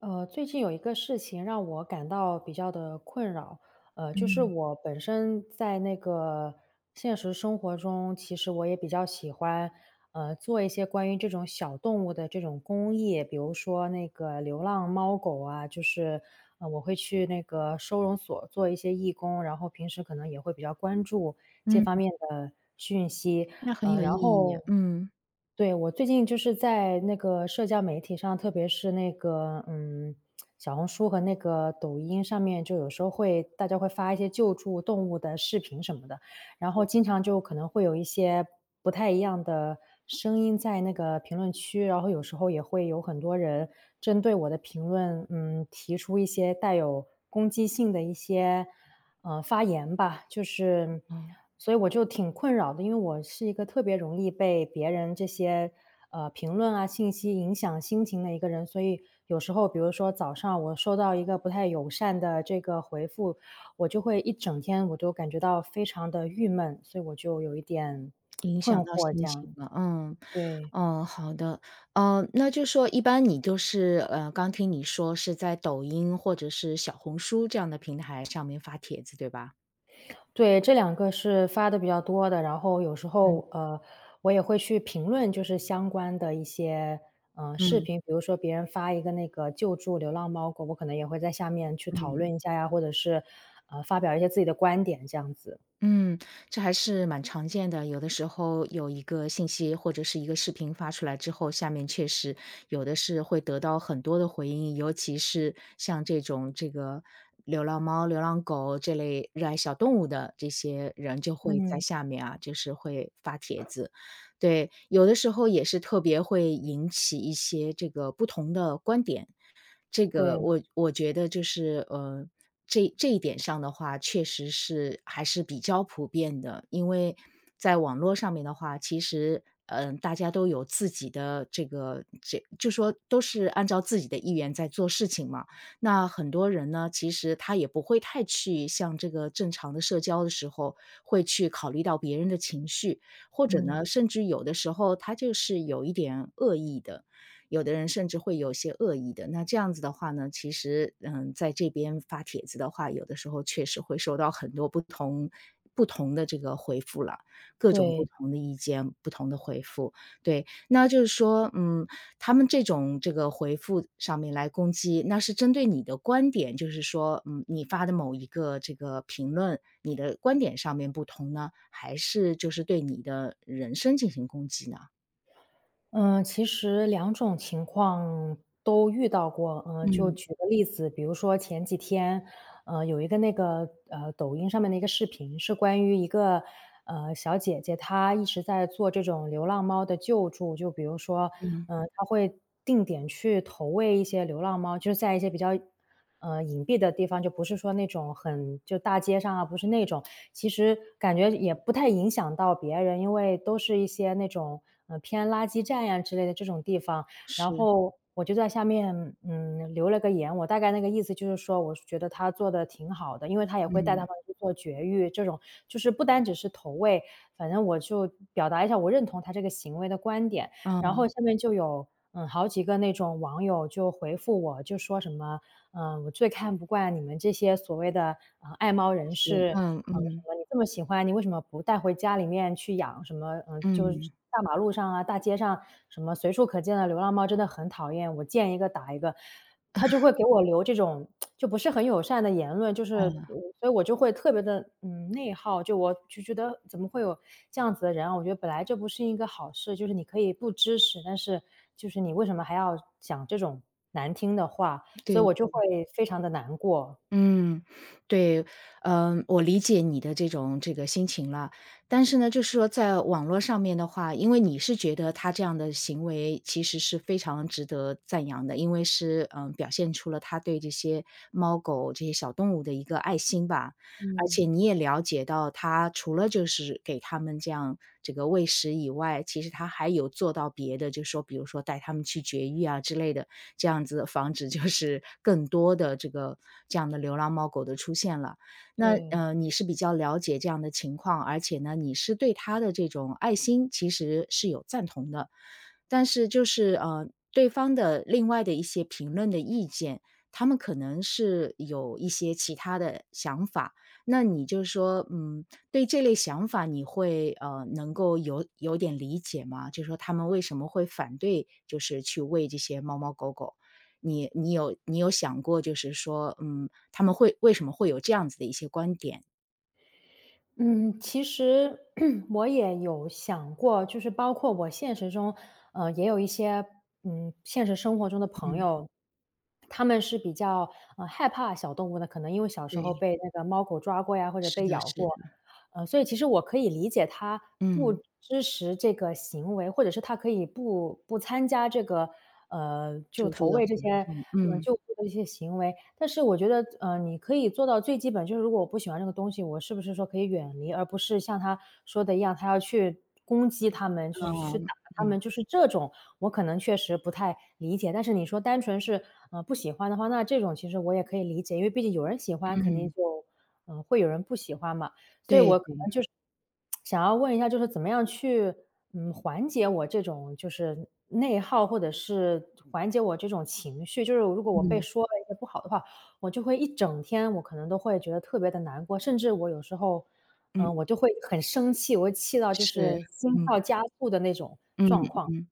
最近有一个事情让我感到比较的困扰，就是嗯，我本身在那个现实生活中，其实我也比较喜欢，做一些关于这种小动物的这种公益，比如说那个流浪猫狗啊，我会去那个收容所做一些义工，然后平时可能也会比较关注这嗯，方面的讯息。那很呃，有意然义，后嗯，对，我最近就是在那个社交媒体上，特别是那个小红书和那个抖音上面，有时候大家会发一些救助动物的视频什么的，然后经常就可能会有一些不太一样的声音在那个评论区，然后有时候也会有很多人针对我的评论，提出一些带有攻击性的一些发言吧。哦，所以我就挺困扰的，因为我是一个特别容易被别人这些评论啊信息影响心情的一个人，所以有时候比如说早上我收到一个不太友善的这个回复，我就会一整天我都感觉到非常的郁闷，所以我就有一点影困响到惑心这情样。了，嗯，对。哦，好的，那就说一般你就是，刚听你说是在抖音或者是小红书这样的平台上面发帖子，对吧？对，这两个是发的比较多的，然后有时嗯，候，我也会去评论就是相关的一些，视嗯，频，比如说别人发一个那个救助流浪猫狗，我可能也会在下面去讨嗯。论一下呀，或者是，发表一些自己的观点这样子。嗯，这还是蛮常见的。有的时候有一个信息或者是一个视频发出来之后，下面确实有的是会得到很多的回应，尤其是像这种这个流浪猫、流浪狗这类热爱小动物的这些人，就会在嗯，下面啊，就是会发帖子。对，有的时候也是特别会引起一些这个不同的观点。这个对。我觉得就是，这一点上的话，确实是还是比较普遍的。因为在网络上面的话，其实，嗯，大家都有自己的这个这就说都是按照自己的意愿在做事情嘛。那很多人呢，其实他也不会太去像这个正常的社交的时候，会去考虑到别人的情绪，或者嗯，呢，甚至有的时候他就是有一点恶意的。有的人甚至会有些恶意的。那这样子的话呢，其实嗯，在这边发帖子的话，有的时候确实会收到很多不同的这个回复了，各种不对。同的意见，不同的回复。对，那就是说，嗯，他们这种这个回复上面来攻击，那是针对你的观点，就是说，嗯，你发的某一个这个评论，你的观点上面不同呢，还是就是对你的人生进行攻击呢？嗯，其实两种情况都遇到过。嗯，就嗯举个例子，比如说前几天，呃，有一个那个呃抖音上面的一个视频，是关于一个呃小姐姐，她一直在做这种流浪猫的救助。就比如说，嗯，嗯、她会定点去投喂一些流浪猫，就是在一些比较呃，隐蔽的地方，就不是说那种很就大街上啊，不是那种，其实感觉也不太影响到别人，因为都是一些那种，呃，偏垃圾站呀之类的这种地方。然是，后我就在下面，嗯，留了个言，我大概那个意思就是说，我觉得他做的挺好的，因为他也会带他嗯。们去做绝育，这种就是不单只是投喂，反正我就表达一下我认同他这个行为的观点。然后嗯，下面就有，嗯，好几个那种网友就回复我，就说什么嗯，我最看不惯你们这些所谓的，呃，爱猫人是，士，嗯嗯，什嗯么你这么喜欢，你为什么不带回家里面去养？什么，嗯，呃就是嗯，大马路上啊、大街上什么随处可见的流浪猫真的很讨厌，我见一个打一个。他就会给我留这种就不是很友善的言论，就是我嗯，所以我就会特别的嗯，内耗，就我就觉得怎么会有这样子的人啊我觉得本来这不是一个好事，就是你可以不支持，但是就是你为什么还要讲这种难听的话？所以对，我就会非常的难过。嗯，对，嗯，我理解你的这种这个心情了。但是呢，就是说在网络上面的话，因为你是觉得他这样的行为其实是非常值得赞扬的，因为是，嗯，表现出了他对这些猫狗、这些小动物的一个爱心吧。而嗯，且你也了解到他除了就是给他们这样这个喂食以外，其实他还有做到别的，就是说比如说带他们去绝育啊之类的，这样子防止就是 更多的这个这样的流浪猫狗的出现了。那对。你是比较了解这样的情况，而且呢，你是对他的这种爱心其实是有赞同的，但是就是对方的另外的一些评论的意见，他们可能是有一些其他的想法，那你就说，嗯，对这类想法你会能够有点理解吗？就是说他们为什么会反对，就是去喂这些猫猫狗狗？你有想过，就是说，嗯，他们会为什么会有这样子的一些观点？嗯，其实 我也有想过，就是包括我现实中，也有一些，现实生活中的朋嗯，友，他们是比较害怕小动物的，可能因为小时候对，被那个猫狗抓过呀，或者是被的，咬是的，过。所以其实我可以理解他不嗯，支持这个行为，或者是他可以不参加这个，就救助投的喂活这些，动，嗯，救护的一些行为。但是我觉得，你可以做到最基本，就是如果我不喜欢这个东西，我是不是说可以远离，而不是像他说的一样，他要去攻击他们，就是去打嗯他们，嗯就是这种我可能确实不太理解。但是你说单纯是不喜欢的话，那这种其实我也可以理解，因为毕竟有人喜欢，肯定嗯，就会有人不喜欢嘛。所以对我可对，能想要问一下，就是怎么样去，缓解我这种就是内耗，或者是缓解我这种情绪。就是如果我被嗯说了一些不好的话，我就会一整天，我可能都会觉得特别的难过，甚至我有时候，嗯，我就会很生气，我会气到就是，是心嗯跳加速的那种嗯状况。嗯。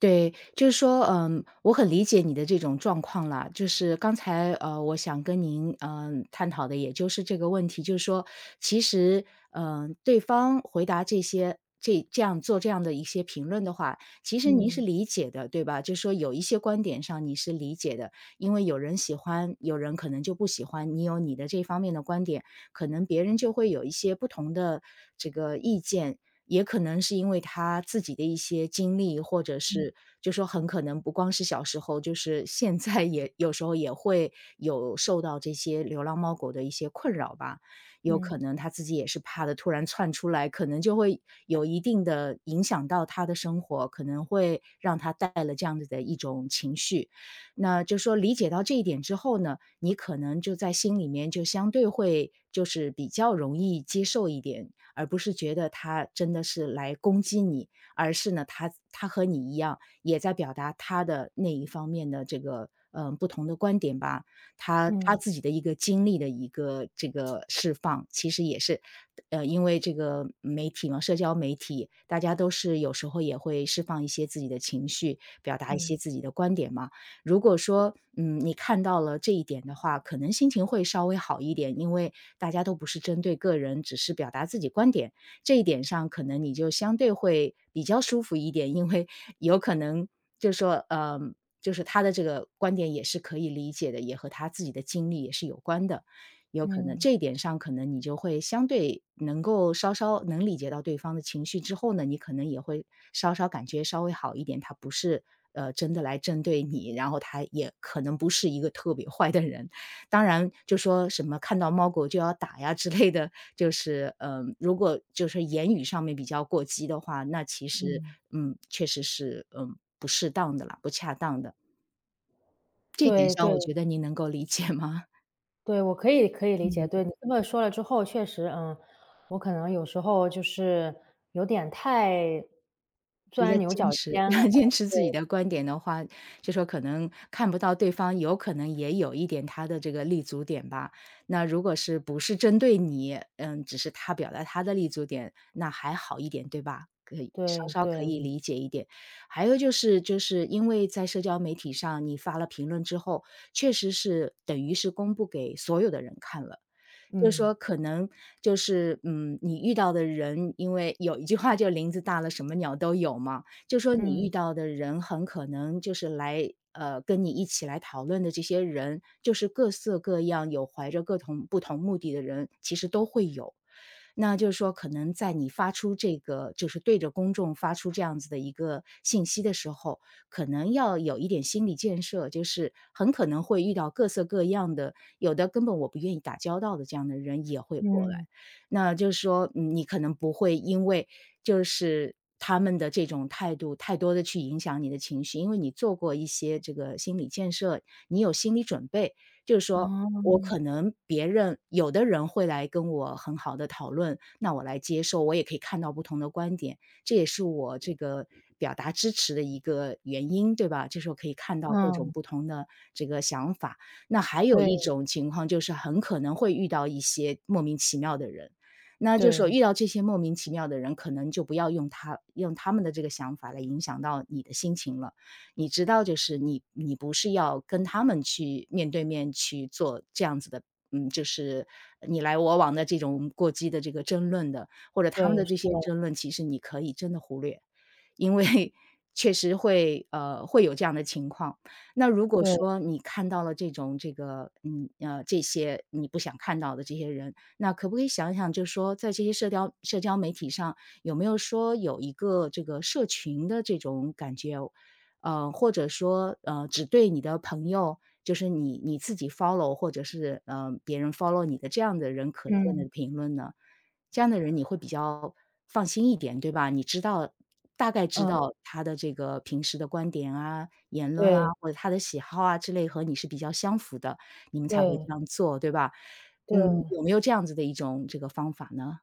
对，就是说，嗯，我很理解你的这种状况啦。就是刚才，我想跟您，嗯、探讨的也就是这个问题，就是说，其实，嗯、对方回答这些这样做这样的一些评论的话，其实您是嗯，理解的，对吧？就是说，有一些观点上你是理解的，因为有人喜欢，有人可能就不喜欢。你有你的这方面的观点，可能别人就会有一些不同的这个意见。也可能是因为他自己的一些经历，或者是就说很可能不光是小时候，就是现在也有时候也会有受到这些流浪猫狗的一些困扰吧。有可嗯，能他自己也是怕的，突然窜出来，可能就会有一定的影响到他的生活，可能会让他带了这样子的一种情绪。那就说理解到这一点之后呢，你可能就在心里面就相对会就是比较容易接受一点，而不是觉得他真的是来攻击你，而是呢，他和你一样，也在表达他的那一方面的这个，不同的观点吧。他嗯，自己的一个经历的一个这个释放，其实也是，因为这个媒体嘛，社交媒体，大家都是有时候也会释放一些自己的情绪，表达一嗯，些自己的观点嘛。如果说，嗯，你看到了这一点的话，可能心情会稍微好一点，因为大家都不是针对个人，只是表达自己观点。这一点上可能你就相对会比较舒服一点，因为有可能就是说，就是他的这个观点也是可以理解的，也和他自己的经历也是有关的。有可能嗯，这一点上可能你就会相对能够稍稍能理解到对方的情绪之后呢，你可能也会稍稍感觉稍微好一点，他不是，真的来针对你，然后他也可能不是一个特别坏的人。当然就说什么看到猫狗就要打呀之类的，就是，嗯，如果就是言语上面比较过激的话，那其实，嗯，嗯，确实是，嗯，不适当的啦，不恰当的。这一点对上对。我觉得您能够理解吗？对，我可以理解。嗯。对，你这么说了之后，确实，我可能有时候就是有点太比钻较牛坚角持，尖了 吧。坚持自己的观点的话，就说可能看不到对方有可能也有一点他的这个立足点吧。那如果是不是针对你，嗯，只是他表达他的立足点，那还好一点，对吧？可以稍对稍可对。以理解一点。还有就是因为在社交媒体上你发了评论之后，确实是等于是公布给所有的人看了。就是嗯说可能就是，嗯，你遇到的人，因为有一句话就林子大了，什么鸟都有嘛，就说你遇嗯到的人很可能就是来跟你一起来讨论的这些人，就是各色各样，有怀着各同不同目的的人，其实都会有。那就是说可能在你发出这个就是对着公众发出这样子的一个信息的时候，可能要有一点心理建设，就是很可能会遇到各色各样的，有的根本我不愿意打交道的这样的人也会过来。嗯。那就是说，嗯你可能不会因为就是他们的这种态度太多的去影响你的情绪，因为你做过一些这个心理建设，你有心理准备，就是说我哦。可能别人有的人会来跟我很好的讨论，那我来接受，我也可以看到不同的观点，这也是我这个表达支持的一个原因，对吧？就是我可以看到各种嗯。不同的这个想法。那还有一对种情况就是很可能会遇到一些莫名其妙的人，那就是说对遇到这些莫名其妙的人，可能就不要用他们的这个想法来影响到你的心情了，你知道就是你不是要跟他们去面对面去做这样子的，嗯，就是你来我往的这种过激的这个争论的，或者他们对。的是这些的。争论，其实你可以真的忽略，因为 确实会有这样的情况。那如果对。说你看到了这种这个这些你不想看到的这些人，那可不可以想一想，就是说在这些社交媒体上有没有说有一个这个社群的这种感觉？或者说，只对你的朋友，就是你自己 follow 或者是，别人 follow 你的这样的人可见嗯的评论呢？这样的人你会比较放心一点，对吧？你知道大概知嗯。道他的这个平时的观点啊、言论啊，对或者他的喜好啊之类和你是比较相符的，你们才会对这样做，对吧？嗯，对。有没有这样子的一种这个方法呢？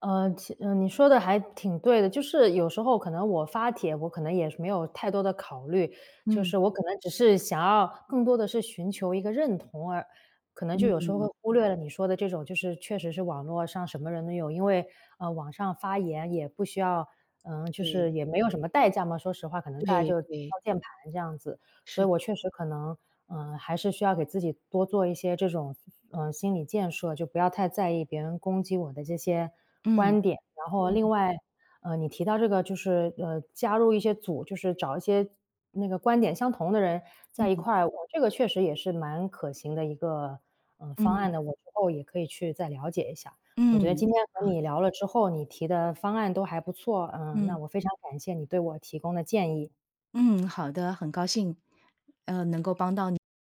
你说的还挺对的，就是有时候可能我发帖，我可能也是没有太多的考虑，就嗯，是我可能只是想要更多的是寻求一个认同，而可能就有时候会忽略了你说的这种，就是确实是网络上什么人都有，因为网上发言也不需要，就是对，也没有什么代价嘛，说实话，可能大家对就敲对，键盘这样子，所以是的，我确实可能，还是需要给自己多做一些这种，心理建设，就不要太在意别人攻击我的这些嗯，观点。然后另嗯，外，你提到这个就是加入一些组，就是找一些那个观点相同的人在一嗯块儿，我这个确实也是蛮可行的一个方案嗯的，我之后也可以去再了解一下。我觉得嗯，今天和好，你聊了之后，你提的方案都还不错，嗯，那嗯。我非常感谢你对我提供的建议。嗯，好的，很高兴。